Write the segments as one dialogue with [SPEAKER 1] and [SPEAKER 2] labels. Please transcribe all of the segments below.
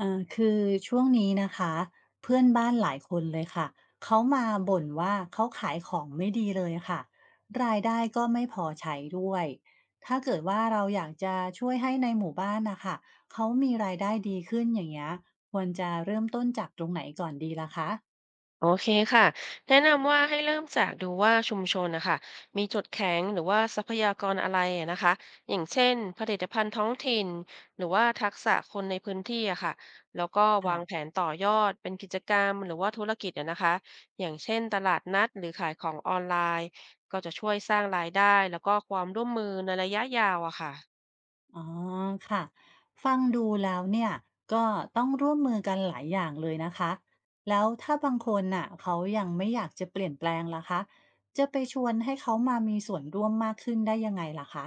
[SPEAKER 1] คือช่วงนี้นะคะเพื่อนบ้านหลายคนเลยค่ะเขามาบ่นว่าเขาขายของไม่ดีเลยค่ะรายได้ก็ไม่พอใช้ด้วยถ้าเกิดว่าเราอยากจะช่วยให้ในหมู่บ้านนะคะเขามีรายได้ดีขึ้นอย่างเงี้ยควรจะเริ่มต้นจากตรงไหนก่อนดีล่ะคะ
[SPEAKER 2] โอเคค่ะแนะนำว่าให้เริ่มจากดูว่าชุมชนนะคะมีจุดแข็งหรือว่าทรัพยากรอะไรอะนะคะอย่างเช่นผลิตภัณฑ์ท้องถิ่นหรือว่าทักษะคนในพื้นที่อะค่ะแล้วก็วา
[SPEAKER 1] ค่ะ
[SPEAKER 2] งแผนต่อยอดเป็นกิจกรรมหรือว่าธุรกิจอะนะคะอย่างเช่นตลาดนัดหรือขายของออนไลน์ก็จะช่วยสร้างรายได้แล้วก็ความร่วมมือในระยะยาวอะค่ะ
[SPEAKER 1] อ๋อค่ะฟังดูแล้วเนี่ยก็ต้องร่วมมือกันหลายอย่างเลยนะคะแล้วถ้าบางคนน่ะเขายังไม่อยากจะเปลี่ยนแปลงล่ะคะจะไปชวนให้เขามามีส่วนร่วมมากขึ้นได้ยังไงล่ะคะ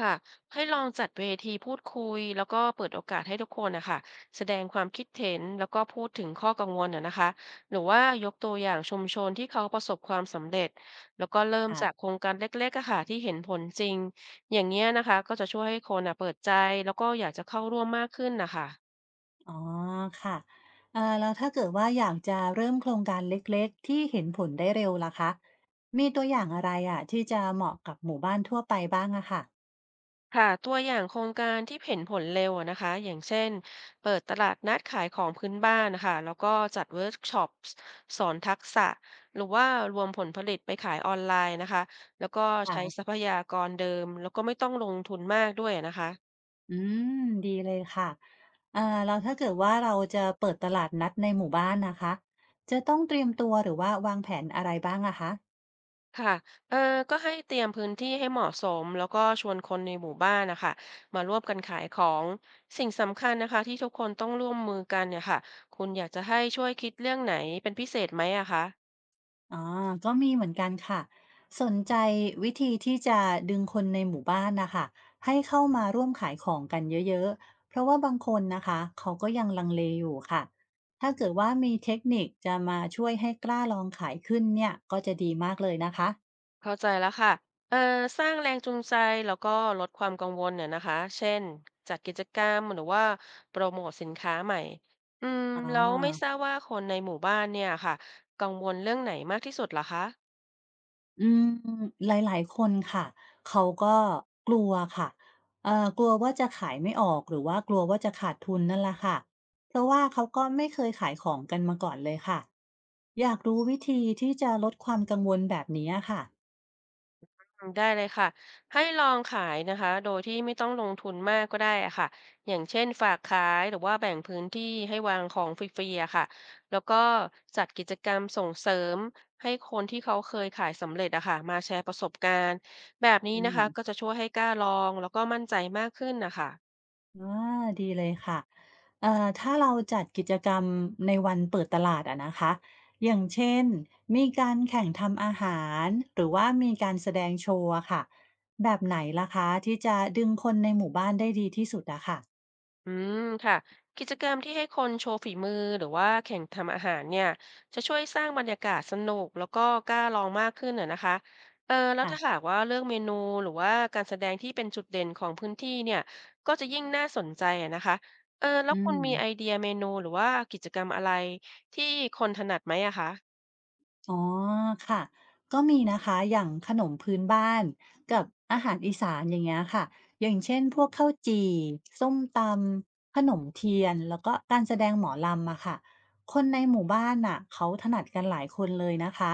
[SPEAKER 2] ค่ะให้ลองจัดเวทีพูดคุยแล้วก็เปิดโอกาสให้ทุกคนนะคะแสดงความคิดเห็นแล้วก็พูดถึงข้อกังวลนะนะคะหรือว่ายกตัวอย่างชุมชนที่เขาประสบความสำเร็จแล้วก็เริ่มจาก
[SPEAKER 1] ค่ะ
[SPEAKER 2] โครงการเล็กๆอะค่ะที่เห็นผลจริงอย่างเงี้ยนะคะก็จะช่วยให้คนอ่ะเปิดใจแล้วก็อยากจะเข้าร่วมมากขึ้นนะคะ
[SPEAKER 1] อ๋อค่ะแล้วถ้าเกิดว่าอยากจะเริ่มโครงการเล็กๆที่เห็นผลได้เร็วล่ะคะมีตัวอย่างอะไรอ่ะที่จะเหมาะกับหมู่บ้านทั่วไปบ้างอะค่ะ
[SPEAKER 2] ค่ะตัวอย่างโครงการที่เห็นผลเร็วอะนะคะอย่างเช่นเปิดตลาดนัดขายของพื้นบ้านนะคะแล้วก็จัดเวิร์กช็อปสอนทักษะหรือว่ารวมผลผลิตไปขายออนไลน์นะคะแล้วก็
[SPEAKER 1] ค่ะ
[SPEAKER 2] ใช้ทรัพยากรเดิมแล้วก็ไม่ต้องลงทุนมากด้วยนะคะ
[SPEAKER 1] อืมดีเลยค่ะแล้วถ้าเกิดว่าเราจะเปิดตลาดนัดในหมู่บ้านนะคะจะต้องเตรียมตัวหรือว่าวางแผนอะไรบ้างอะคะ
[SPEAKER 2] ค่ะเออก็ให้เตรียมพื้นที่ให้เหมาะสมแล้วก็ชวนคนในหมู่บ้านนะคะมาร่วมกันขายของสิ่งสำคัญนะคะที่ทุกคนต้องร่วมมือกันเนี่ยค่ะคุณอยากจะให้ช่วยคิดเรื่องไหนเป็นพิเศษไหมอะคะ
[SPEAKER 1] อ๋อก็มีเหมือนกันค่ะสนใจวิธีที่จะดึงคนในหมู่บ้านนะคะให้เข้ามาร่วมขายของกันเยอะๆเพราะว่าบางคนนะคะเขาก็ยังลังเลอยู่ค่ะถ้าเกิดว่ามีเทคนิคจะมาช่วยให้กล้าลองขายขึ้นเนี่ยก็จะดีมากเลยนะคะ
[SPEAKER 2] เข้าใจแล้วค่ะเอ่อสร้างแรงจูงใจแล้วก็ลดความกังวลเนี่ยนะคะ เช่นจัดกิจกรรมหรือว่าโปรโมทสินค้าใหม่ อืม
[SPEAKER 1] อ๋อ
[SPEAKER 2] แล้วไม่ทราบว่าคนในหมู่บ้านเนี่ยค่ะกังวลเรื่องไหนมากที่สุดเหรอคะ
[SPEAKER 1] อืมหลายๆคนค่ะเขาก็กลัวค่ะกลัวว่าจะขายไม่ออกหรือว่ากลัวว่าจะขาดทุนนั่นแหละค่ะเพราะว่าเขาก็ไม่เคยขายของกันมาก่อนเลยค่ะอยากรู้วิธีที่จะลดความกังวลแบบนี้อะค่ะ
[SPEAKER 2] อืมได้เลยค่ะให้ลองขายนะคะโดยที่ไม่ต้องลงทุนมากก็ได้อะค่ะอย่างเช่นฝากขายหรือว่าแบ่งพื้นที่ให้วางของฟรีๆอะค่ะแล้วก็จัดกิจกรรมส่งเสริมให้คนที่เขาเคยขายสำเร็จอะค่ะมาแชร์ประสบการณ์แบบนี้
[SPEAKER 1] อื
[SPEAKER 2] นะ
[SPEAKER 1] ม
[SPEAKER 2] คะก็จะช่วยให้กล้าลองแล้วก็มั่นใจมากขึ้นนะคะ
[SPEAKER 1] อาดีเลยค่ะถ้าเราจัดกิจกรรมในวันเปิดตลาดอะนะคะอย่างเช่นมีการแข่งทำอาหารหรือว่ามีการแสดงโชว์อะค่ะแบบไหนล่ะคะที่จะดึงคนในหมู่บ้านได้ดีที่สุดอะค่ะ
[SPEAKER 2] อืมค่ะกิจกรรมที่ให้คนโชว์ฝีมือหรือว่าแข่งทำอาหารเนี่ยจะช่วยสร้างบรรยากาศสนุกแล้วก็กล้าลองมากขึ้นน่ะนะคะแล้วถ้า
[SPEAKER 1] ค่ะ
[SPEAKER 2] หากว่าเลือกเมนูหรือว่าการแสดงที่เป็นจุดเด่นของพื้นที่เนี่ยก็จะยิ่งน่าสนใจอะนะคะแล้ว
[SPEAKER 1] อื
[SPEAKER 2] คุณ
[SPEAKER 1] ม
[SPEAKER 2] มีไอเดียเมนูหรือว่ากิจกรรมอะไรที่คนถนัดไหมอะคะ
[SPEAKER 1] อ๋อค่ะก็มีนะคะอย่างขนมพื้นบ้านกับอาหารอีสานอย่างเงี้ยค่ะอย่างเช่นพวกข้าวจี่ส้มตำขนมเทียนแล้วก็การแสดงหมอลำอะค่ะคนในหมู่บ้านน่ะเขาถนัดกันหลายคนเลยนะคะ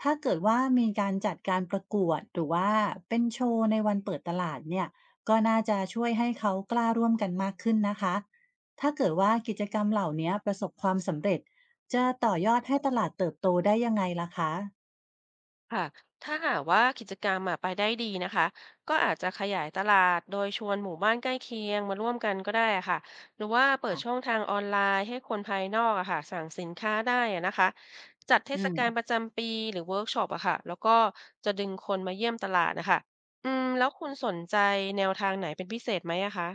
[SPEAKER 1] ถ้าเกิดว่ามีการจัดการประกวดหรือว่าเป็นโชว์ในวันเปิดตลาดเนี่ยก็น่าจะช่วยให้เขากล้าร่วมกันมากขึ้นนะคะถ้าเกิดว่ากิจกรรมเหล่านี้ประสบความสำเร็จ จะต่อยอดให้ตลาดเติบโตได้ยังไงล่ะคะ
[SPEAKER 2] ค่ะถ้าหากว่ากิจกรรมอะไปได้ดีนะคะก็อาจจะขยายตลาดโดยชวนหมู่บ้านใกล้เคียงมาร่วมกันก็ได้อะค่ะหรือว่าเปิดช่อ
[SPEAKER 1] ค่ะ
[SPEAKER 2] งทางออนไลน์ให้คนภายนอกอะค่ะสั่งสินค้าได้อะนะคะจัดเท
[SPEAKER 1] อื
[SPEAKER 2] ศ
[SPEAKER 1] ม
[SPEAKER 2] กาลประจำปีหรือเวิร์กช็อปอะค่ะแล้วก็จะดึงคนมาเยี่ยมตลาดนะคะอืมแล้วคุณสนใจแนวทางไหนเป็นพิเศษไหมอะคะ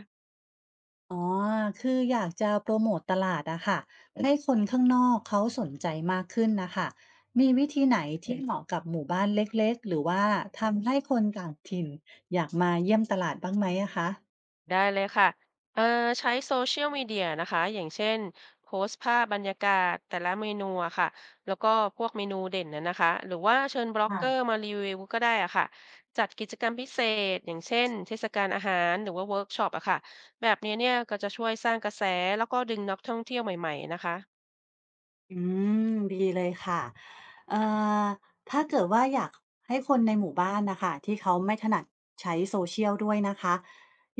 [SPEAKER 1] อ๋อคืออยากจะโพรโมตตลาดอะค่ะให้คนข้างนอกเขาสนใจมากขึ้นน่ะค่ะมีวิธีไหนที่เหมาะกับหมู่บ้านเล็กๆหรือว่าทำให้คนต่างถิ่นอยากมาเยี่ยมตลาดบ้างไหมอะคะ
[SPEAKER 2] ได้เลยค่ะเอ่อใช้โซเชียลมีเดียนะคะอย่างเช่นโพสต์ภาพบรรยากาศแต่ละเมนูอะค่ะแล้วก็พวกเมนูเด่นนะนะคะหรือว่าเชิญบล็อกเกอร์
[SPEAKER 1] ค่ะ
[SPEAKER 2] มารีวิวก็ได้อะค่ะจัดกิจกรรมพิเศษอย่างเช่นเทศกาลอาหารหรือว่าเวิร์กช็อปอะค่ะแบบนี้เนี่ยก็จะช่วยสร้างกระแสแล้วก็ดึงนักท่องเที่ยวใหม่ๆนะคะ
[SPEAKER 1] อืมดีเลยค่ะเอ่อถ้าเกิดว่าอยากให้คนในหมู่บ้านนะคะที่เขาไม่ถนัดใช้โซเชียลด้วยนะคะ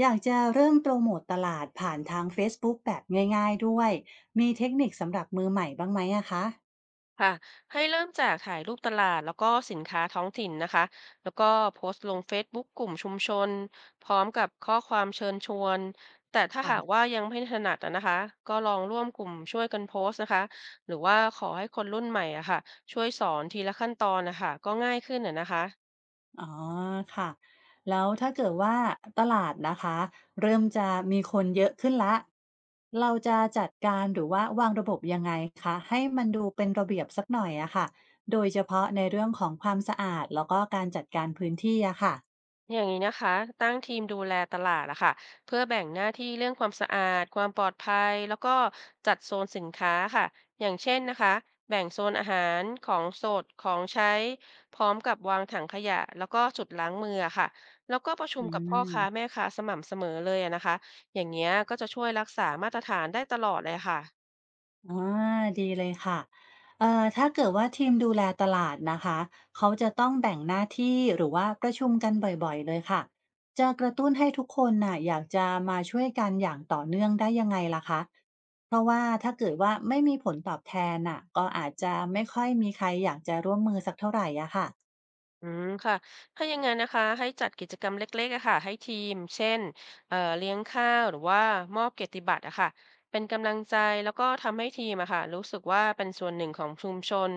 [SPEAKER 1] อยากจะเริ่มโปรโมตตลาดผ่านทางเฟซบุ๊กแบบง่ายๆด้วยมีเทคนิคสำหรับมือใหม่บ้างไหมอะคะ
[SPEAKER 2] ค่ะให้เริ่มจากถ่ายรูปตลาดแล้วก็สินค้าท้องถิ่นนะคะแล้วก็โพสต์ลง Facebook กกลุ่มชุมชนพร้อมกับข้อความเชิญชวนแต่ถ้าหาก
[SPEAKER 1] ค่ะ
[SPEAKER 2] ว่ายังไม่ถนัดอะนะคะก็ลองร่วมกลุ่มช่วยกันโพสต์นะคะหรือว่าขอให้คนรุ่นใหม่อะค่ะช่วยสอนทีละขั้นตอนนะคะก็ง่ายขึ้นอะนะคะ
[SPEAKER 1] อ๋อค่ะแล้วถ้าเกิดว่าตลาดนะคะเริ่มจะมีคนเยอะขึ้นแล้วเราจะจัดการหรือว่าวางระบบยังไงคะให้มันดูเป็นระเบียบสักหน่อยอะค่ะโดยเฉพาะในเรื่องของความสะอาดแล้วก็การจัดการพื้นที่อะค่ะ
[SPEAKER 2] อย่างนี้นะคะตั้งทีมดูแลตลาดอะค่ะเพื่อแบ่งหน้าที่เรื่องความสะอาดความปลอดภัยแล้วก็จัดโซนสินค้าค่ะอย่างเช่นนะคะแบ่งโซนอาหารของสดของใช้พร้อมกับวางถังขยะแล้วก็จุดล้างมืออะค่ะแล้วก็ประชุม
[SPEAKER 1] อื
[SPEAKER 2] กับพ่อค้าแม่
[SPEAKER 1] ม
[SPEAKER 2] ค้าสม่ำเสมอเลยอะนะคะอย่างเงี้ยก็จะช่วยรักษามาตรฐานได้ตลอดเลยค่ะ
[SPEAKER 1] อาดีเลยค่ะถ้าเกิดว่าทีมดูแลตลาดนะคะเขาจะต้องแบ่งหน้าที่หรือว่าประชุมกันบ่อยๆเลยค่ะจะกระตุ้นให้ทุกคนน่ะอยากจะมาช่วยกันอย่างต่อเนื่องได้ยังไงล่ะคะเพราะว่าถ้าเกิดว่าไม่มีผลตอบแทนน่ะก็อาจจะไม่ค่อยมีใครอยากจะร่วมมือสักเท่าไหรอะ
[SPEAKER 2] อืมค่ะถ้าอย่างงั้นนะคะให้จัดกิจกรรมเล็กๆอะค่ะให้ทีมเช่นเลี้ยงข้าวหรือว่ามอบเกียรติบัตรอะค่ะเป็นกำลังใจแล้วก็ทำให้ทีมอะค่ะรู้สึกว่าเป็นส่วนหนึ่งของชุมชน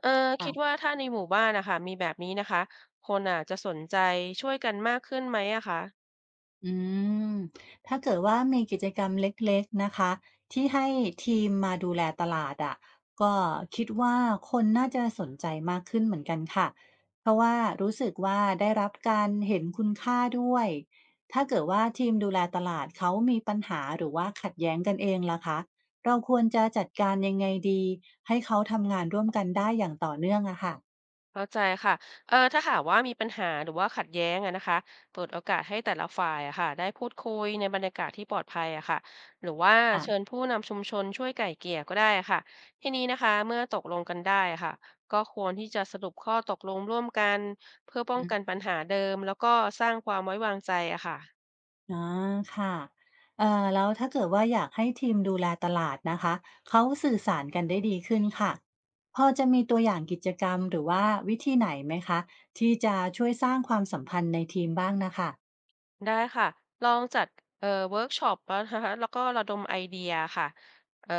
[SPEAKER 2] เอ่อคิด
[SPEAKER 1] ค่ะ
[SPEAKER 2] ว่าถ้าในหมู่บ้านนะค่ะมีแบบนี้นะคะคนอะจะสนใจช่วยกันมากขึ้นไหมอะคะ
[SPEAKER 1] อืมถ้าเกิดว่ามีกิจกรรมเล็กๆนะคะที่ให้ทีมมาดูแลตลาดอะก็คิดว่าคนน่าจะสนใจมากขึ้นเหมือนกันค่ะเพราะว่ารู้สึกว่าได้รับการเห็นคุณค่าด้วยถ้าเกิดว่าทีมดูแลตลาดเขามีปัญหาหรือว่าขัดแย้งกันเองล่ะคะเราควรจะจัดการยังไงดีให้เขาทำงานร่วมกันได้อย่างต่อเนื่องอะค่ะ
[SPEAKER 2] เข้าใจค่ะถ้าหากว่ามีปัญหาหรือว่าขัดแย้งอะนะคะเปิดโอกาสให้แต่ละฝ่ายอะค่ะได้พูดคุยในบรรยากาศที่ปลอดภัยอะค่ะหรือว่าเชิญ
[SPEAKER 1] อ่ะ
[SPEAKER 2] ผู้นำชุมชนช่วยไกล่เกลี่ยก็ได้ค่ะทีนี้นะคะเมื่อตกลงกันได้อะค่ะก็ควรที่จะสรุปข้อตกลงร่วมกันเพื่อป้องกันปัญหาเดิมแล้วก็สร้างความไว้วางใจอะค่ะ
[SPEAKER 1] ออค่ะแล้วถ้าเกิดว่าอยากให้ทีมดูแลตลาดนะคะเขาสื่อสารกันได้ดีขึ้นค่ะพอจะมีตัวอย่างกิจกรรมหรือว่าวิธีไหนไหมคะที่จะช่วยสร้างความสัมพันธ์ในทีมบ้างนะคะ
[SPEAKER 2] ได้ค่ะ ลองจัดเวิร์กช็อปนะคะ แล้วก็ระดมไอเดียค่ะเอ่อ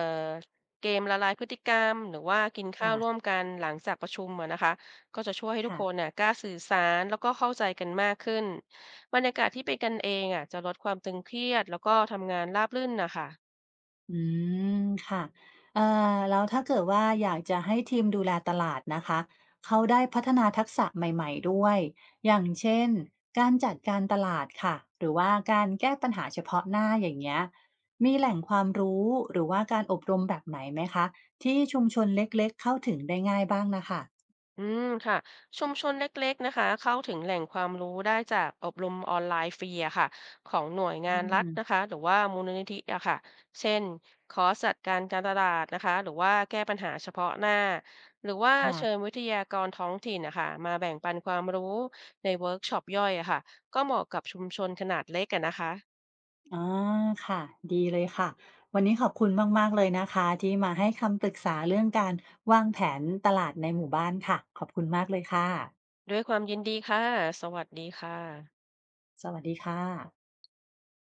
[SPEAKER 2] เกมละลายพฤติกรรมหรือว่ากินข้าวร่วม
[SPEAKER 1] ค่ะ
[SPEAKER 2] กันหลังจากประชุมอะนะคะก็จะช่วยให้ทุก
[SPEAKER 1] ค่ะ
[SPEAKER 2] คนน่ะกล้าสื่อสารแล้วก็เข้าใจกันมากขึ้น บรรยากาศที่เป็นกันเองอะจะลดความตึงเครียดแล้วก็ทำงานราบรื่นนะคะ
[SPEAKER 1] อืมค่ะเอ่อแล้วถ้าเกิดว่าอยากจะให้ทีมดูแลตลาดนะคะเขาได้พัฒนาทักษะใหม่ๆด้วยอย่างเช่นการจัดการตลาดค่ะหรือว่าการแก้ปัญหาเฉพาะหน้าอย่างเงี้ยมีแหล่งความรู้หรือว่าการอบรมแบบไหนไหมคะที่ชุมชนเล็กๆเข้าถึงได้ง่ายบ้างนะคะ
[SPEAKER 2] อืมค่ะชุมชนเล็กๆนะคะเข้าถึงแหล่งความรู้ได้จากอบรมออนไลน์ฟรีอะค่ะของหน่วย
[SPEAKER 1] อื
[SPEAKER 2] งานรัฐนะ
[SPEAKER 1] ม
[SPEAKER 2] คะหรือว่ามูลนิธิอะค่ะเช่นคอร์สจัดการการตลาดนะคะหรือว่าแก้ปัญหาเฉพาะหน้าหรือว่า
[SPEAKER 1] ค่ะ
[SPEAKER 2] เชิญวิทยากรท้องถิ่นนะคะมาแบ่งปันความรู้ในเวิร์กช็อปย่อยอะค่ะก็เหมาะกับชุมชนขนาดเล็กอะนะคะ
[SPEAKER 1] อ๋อค่ะดีเลยค่ะ วันนี้ขอบคุณมากๆเลยนะคะที่มาให้คำปรึกษาเรื่องการวางแผนตลาดในหมู่บ้านค่ะ ขอบคุณมากเลยค่ะ
[SPEAKER 2] ด้วยความยินดีค่ะสวัสดีค่ะ
[SPEAKER 1] สวัสดีค่ะ